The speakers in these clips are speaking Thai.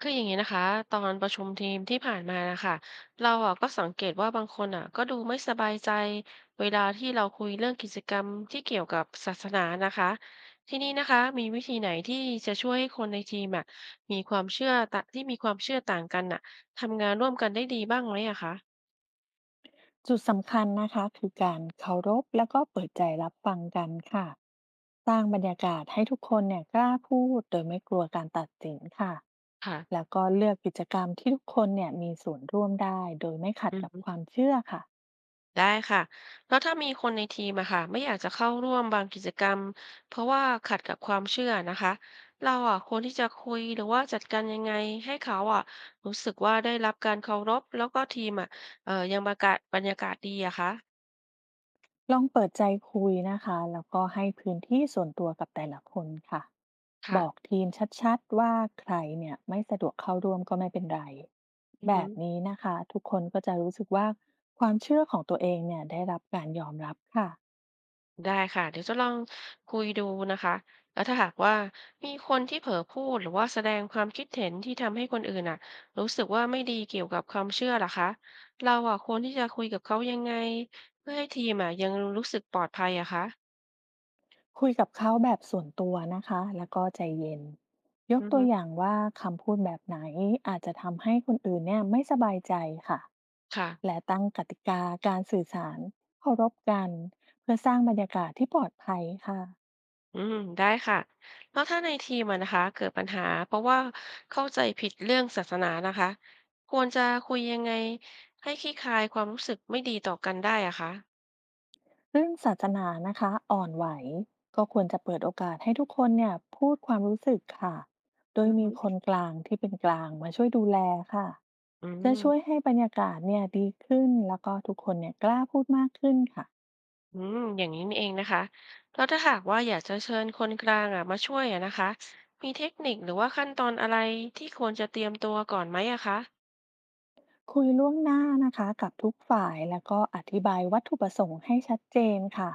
คืออย่างนี้นะคะตอนประชุมทีมที่ผ่านมานะคะเราอ่ะก็สังเกตว่าบางคนอ่ะก็ดูไม่สบายใจเวลาที่เราคุยเรื่องกิจกรรมที่เกี่ยวกับศาสนานะคะที่นี่นะคะมีวิธีไหนที่จะช่วยให้คนในทีมอ่ะมีความเชื่อตะที่มีความเชื่อต่างกันอ่ะทำงานร่วมกันได้ดีบ้างไหมอะคะจุดสำคัญนะคะคือการเคารพแล้วก็เปิดใจรับฟังกันค่ะสร้างบรรยากาศให้ทุกคนเนี่ยกล้าพูดโดยไม่กลัวการตัดสินค่ะค่ะแล้วก็เลือกกิจกรรมที่ทุกคนเนี่ยมีส่วนร่วมได้โดยไม่ขัดอืกับม ความเชื่อค่ะ ได้ค่ะแล้วถ้ามีคนในทีมอะค่ะไม่อยากจะเข้าร่วมบางกิจกรรมเพราะว่าขัดกับความเชื่อนะคะเราอะควรที่จะคุยหรือว่าจัดการยังไงให้เขาอะรู้สึกว่าได้รับการเคารพแล้วก็ทีมอะยังบรรยากาศดีอะคะลองเปิดใจคุยนะคะแล้วก็ให้พื้นที่ส่วนตัวกับแต่ละคนค่ะบค่ะอกทีมชัดๆว่าใครเนี่ยไม่สะดวกเข้าร่วมก็ไม่เป็นไรอือแบฮึ บนี้นะคะทุกคนก็จะรู้สึกว่าความเชื่อของตัวเองเนี่ยได้รับการยอมรับค่ะได้ค่ะเดี๋ยวจะลองคุยดูนะคะแล้วถ้าหากว่ามีคนที่เผลอพูดหรือว่าแสดงความคิดเห็นที่ทำให้คนอื่นอ่ะรู้สึกว่าไม่ดีเกี่ยวกับความเชื่อล่ะคะเราอ่ะควรที่จะคุยกับเขายังไงเพื่อให้ทีมอ่ะยังรู้สึกปลอดภัยอะคะคุยกับเขาแบบส่วนตัวนะคะแล้วก็ใจเย็นยอืกอตัฮึวอย่างว่าคำพูดแบบไหนอาจจะทำให้คนอื่นเนี่ยไม่สบายใจค่ะ ค่ะและตั้งกติกาการสื่อสารเคารพกันเพื่อสร้างบรรยากาศที่ปลอดภัยค่ะอืมได้ค่ะแล้วถ้าในทีมอะนะคะเกิดปัญหาเพราะว่าเข้าใจผิดเรื่องศาสนานะคะควรจะคุยยังไงให้คลี่คลายความรู้สึกไม่ดีต่อกันได้อะคะเรื่องศาสนานะคะอ่อนไหวก็ควรจะเปิดโอกาสให้ทุกคนเนี่ยพูดความรู้สึกค่ะโดยอือมีฮึคนกลางที่เป็นกลางมาช่วยดูแลค่ะอืจะช่วยม ให้บรรยากาศเนี่ยดีขึ้นแล้วก็ทุกคนเนี่ยกล้าพูดมากขึ้นค่ะ อืมอย่างนี้นี่เองนะคะแล้วถ้าหากว่าอยากจะเชิญคนกลางอ่ะมาช่วยอ่ะนะคะมีเทคนิคหรือว่าขั้นตอนอะไรที่ควรจะเตรียมตัวก่อนไหมอะคะคุยล่วงหน้านะคะกับทุกฝ่ายแล้วก็อธิบายวัตถุประสงค์ให้ชัดเจนค่ะ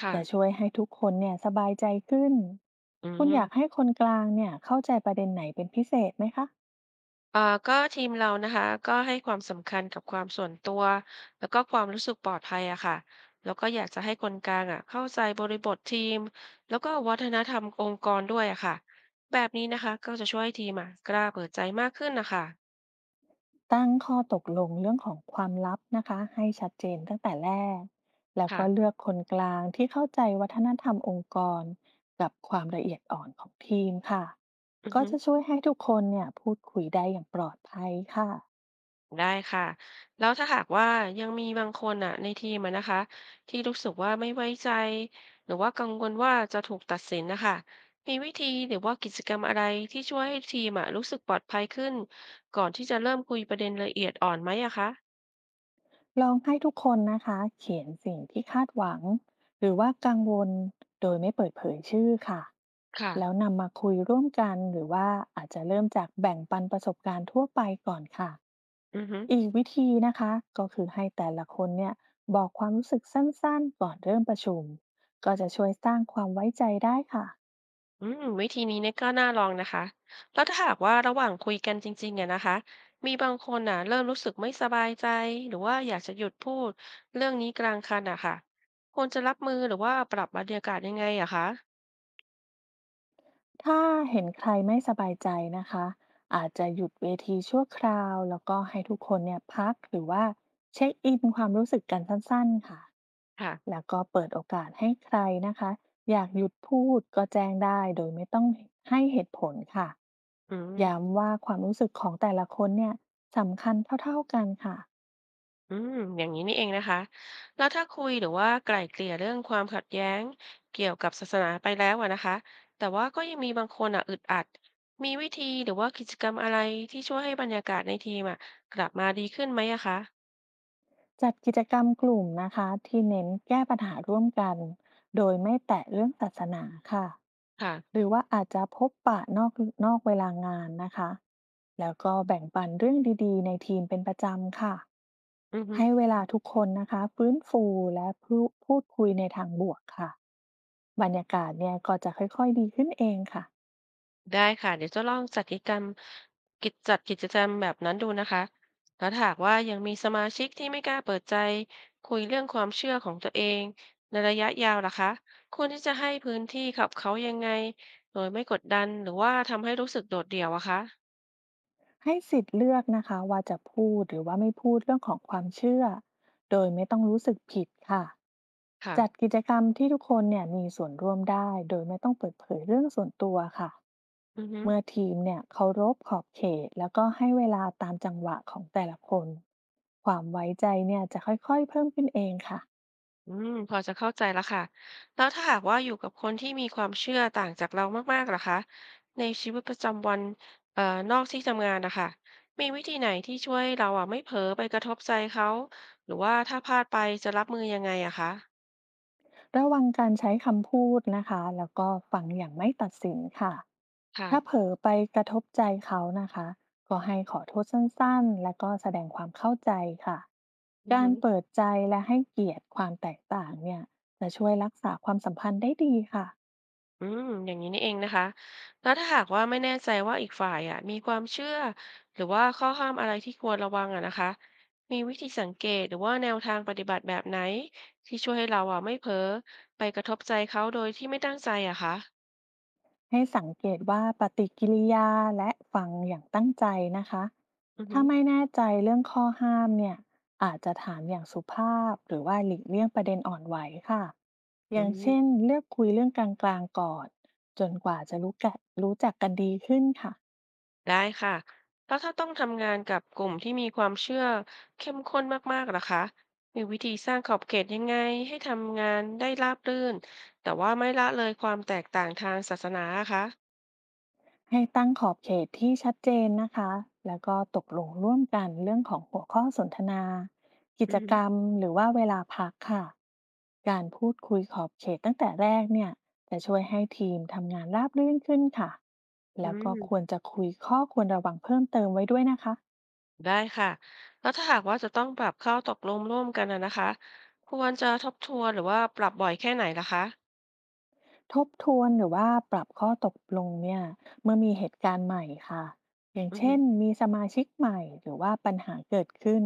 ค่ะจะช่วยให้ทุกคนเนี่ยสบายใจขึ้นอืคุณม อยากให้คนกลางเนี่ยเข้าใจประเด็นไหนเป็นพิเศษไหมคะเอ่อก็ทีมเรานะคะก็ให้ความสำคัญกับความส่วนตัวแล้วก็ความรู้สึกปลอดภัยอะค่ะแล้วก็อยากจะให้คนกลางอะเข้าใจบริบททีมแล้วก็วัฒนธรรมองค์กรด้วยอะค่ะแบบนี้นะคะก็จะช่วยให้ทีมอะกล้าเปิดใจมากขึ้นนะคะตั้งข้อตกลงเรื่องของความลับนะคะให้ชัดเจนตั้งแต่แรกแล้วค่ะก็เลือกคนกลางที่เข้าใจวัฒนธรรมองค์กรกับความละเอียดอ่อนของทีมค่ะอือก็ฮึ จะช่วยให้ทุกคนเนี่ยพูดคุยได้อย่างปลอดภัยค่ะ ได้ค่ะแล้วถ้าหากว่ายังมีบางคนอ่ะในทีมอะนะคะที่รู้สึกว่าไม่ไว้ใจหรือว่ากังวลว่าจะถูกตัดสินนะคะมีวิธีหรือว่ากิจกรรมอะไรที่ช่วยให้ทีมอ่ะรู้สึกปลอดภัยขึ้นก่อนที่จะเริ่มคุยประเด็นละเอียดอ่อนไหมอะคะลองให้ทุกคนนะคะเขียนสิ่งที่คาดหวังหรือว่ากังวลโดยไม่เปิดเผยชื่อค่ะค่ะแล้วนำมาคุยร่วมกันหรือว่าอาจจะเริ่มจากแบ่งปันประสบการณ์ทั่วไปก่อนค่ะอือฮึ อีกวิธีนะคะก็คือให้แต่ละคนเนี่ยบอกความรู้สึกสั้นๆก่อนเริ่มประชุมก็จะช่วยสร้างความไว้ใจได้ค่ะ อืมวิธีนี้เนี่ยก็น่าลองนะคะแล้วถ้าหากว่าระหว่างคุยกันจริงๆอะนะคะมีบางคนอ่ะเริ่มรู้สึกไม่สบายใจหรือว่าอยากจะหยุดพูดเรื่องนี้กลางคันอะค่ะควรจะรับมือหรือว่าปรับบรรยากาศยังไงอะคะถ้าเห็นใครไม่สบายใจนะคะอาจจะหยุดเวทีชั่วคราวแล้วก็ให้ทุกคนเนี่ยพักหรือว่าเช็คอินความรู้สึกกันสั้นๆค่ะค่ะแล้วก็เปิดโอกาสให้ใครนะคะอยากหยุดพูดก็แจ้งได้โดยไม่ต้องให้เหตุผลค่ะอืมย้ำว่าความรู้สึกของแต่ละคนเนี่ยสำคัญเท่าๆกันค่ะอืมอย่างนี้นี่เองนะคะแล้วถ้าคุยหรือว่าไกล่เกลี่ยเรื่องความขัดแย้งเกี่ยวกับศาสนาไปแล้วอะนะคะแต่ว่าก็ยังมีบางคนอ่ะอึดอัดมีวิธีหรือว่ากิจกรรมอะไรที่ช่วยให้บรรยากาศในทีมอะกลับมาดีขึ้นไหมอะคะ จัดกิจกรรมกลุ่มนะคะที่เน้นแก้ปัญหาร่วมกันโดยไม่แตะเรื่องศาสนาค่ะ ค่ะหรือว่าอาจจะพบปะนอกเวลางานนะคะ แล้วก็แบ่งปันเรื่องดีๆในทีมเป็นประจำค่ะ อือฮึให้เวลาทุกคนนะคะฟื้นฟูและพูดคุยในทางบวกค่ะ ได้ค่ะเดี๋ยวจะลองจัดกิจกรรมจัดกิจกรรมแบบนั้นดูนะคะแล้วถ้าหากว่ายังมีสมาชิกที่ไม่กล้าเปิดใจคุยเรื่องความเชื่อของตัวเองในระยะยาวล่ะคะควรที่จะให้พื้นที่กับเขายังไงโดยไม่กดดันหรือว่าทำให้รู้สึกโดดเดี่ยวอะคะให้สิทธิ์เลือกนะคะว่าจะพูดหรือว่าไม่พูดเรื่องของความเชื่อโดยไม่ต้องรู้สึกผิดค่ะค่ะจัดกิจกรรมที่ทุกคนเนี่ยมีส่วนร่วมได้โดยไม่ต้องเปิดเผยเรื่องส่วนตัวค่ะอือฮึ เมื่อทีมเนี่ยเคารพขอบเขตแล้วก็ให้เวลาตามจังหวะของแต่ละคนความไว้ใจเนี่ยจะค่อยๆเพิ่มขึ้นเองค่ะ อืมพอจะเข้าใจแล้วค่ะแล้วถ้าหากว่าอยู่กับคนที่มีความเชื่อต่างจากเรามากๆล่ะคะในชีวิตประจำวันเอ่อนอกที่ทำงานนะคะมีวิธีไหนที่ช่วยให้เราอ่ะไม่เผลอไปกระทบใจเขาหรือว่าถ้าพลาดไปจะรับมือยังไงอะคะระวังการใช้คำพูดนะคะแล้วก็ฟังอย่างไม่ตัดสินค่ะค่ะถ้าเผลอไปกระทบใจเขานะคะก็ให้ขอโทษสั้นๆและก็แสดงความเข้าใจค่ะอือกาฮึ รเปิดใจและให้เกียรติความแตกต่างเนี่ยจะช่วยรักษาความสัมพันธ์ได้ดีค่ะ อืมอย่างนี้นี่เองนะคะแล้วถ้าหากว่าไม่แน่ใจว่าอีกฝ่ายอ่ะมีความเชื่อหรือว่าข้อห้ามอะไรที่ควรระวังอ่ะนะคะมีวิธีสังเกตหรือว่าแนวทางปฏิบัติแบบไหนที่ช่วยให้เราอ่ะไม่เผลอไปกระทบใจเขาโดยที่ไม่ตั้งใจอะคะให้สังเกตว่าปฏิกิริยาและฟังอย่างตั้งใจนะคะ อือฮึถ้าไม่แน่ใจเรื่องข้อห้ามเนี่ยอาจจะถามอย่างสุภาพหรือว่าหลีกเลี่ยงประเด็นอ่อนไหวค่ะ ออืย่างเช่นมเลือกคุยเรื่องกลางๆก่อนจนกว่าจะรู้จักกันดีขึ้นค่ะ ได้ค่ะแล้วถ้าต้องทำงานกับกลุ่มที่มีความเชื่อเข้มข้นมากๆล่ะคะมีวิธีสร้างขอบเขตยังไงให้ทำงานได้ราบรื่นแต่ว่าไม่ละเลยความแตกต่างทางศาสนาอะคะให้ตั้งขอบเขตที่ชัดเจนนะคะ แล้วก็ตกลงร่วมกันเรื่องของหัวข้อสนทนากิอืจกรม รมหรือว่าเวลาพักค่ะการพูดคุยขอบเขตตั้งแต่แรกเนี่ยจะช่วยให้ทีมทำงานราบรื่นขึ้นค่ะอืแล้วก็ควรมจะคุยข้อควรระวังเพิ่มเติมไว้ด้วยนะคะ ได้ค่ะแล้วถ้าหากว่าจะต้องปรับข้อตกลงร่วมกันนะคะควรจะทบทวนหรือว่าปรับบ่อยแค่ไหนล่ะคะทบทวนหรือว่าปรับข้อตกลงเนี่ยเมื่อมีเหตุการณ์ใหม่ค่ะอย่างอือฮึเช่นมีสมาชิกใหม่หรือว่าปัญหาเกิดขึ้น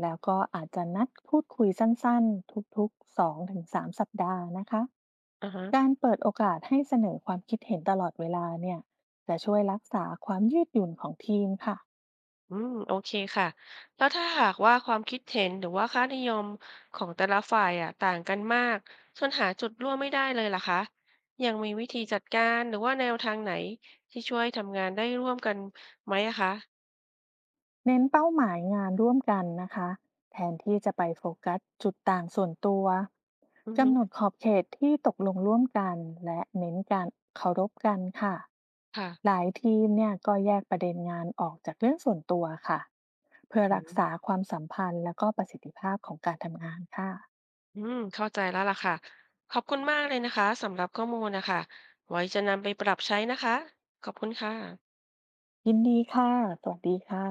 แล้วก็อาจจะนัดพูดคุยสั้นๆทุกๆ2-3สามสัปดาห์นะคะอ่าฮะการเปิดโอกาสให้เสนอความคิดเห็นตลอดเวลาเนี่ยจะช่วยรักษาความยืดหยุ่นของทีมค่ะ อืมโอเคค่ะแล้วถ้าหากว่าความคิดเห็นหรือว่าค่านิยมของแต่ละฝ่ายอะต่างกันมากจนหาจุดร่วมไม่ได้เลยล่ะคะยังมีวิธีจัดการหรือว่าแนวทางไหนที่ช่วยทำงานได้ร่วมกันไหมอะคะเน้นเป้าหมายงานร่วมกันนะคะแทนที่จะไปโฟกัสจุดต่างส่วนตัวอือฮึกำหนดขอบเขตที่ตกลงร่วมกันและเน้นการเคารพกันค่ะค่ะหลายทีมเนี่ยก็แยกประเด็นงานออกจากเรื่องส่วนตัวค่ะเพื่ออืรักษาม ความสัมพันธ์และก็ประสิทธิภาพของการทำงานค่ะอืมเข้าใจแล้วล่ะค่ะขอบคุณมากเลยนะคะสำหรับข้อมูลนะคะไว้จะนำไปปรับใช้นะคะขอบคุณค่ะยินดีค่ะสวัสดีค่ะ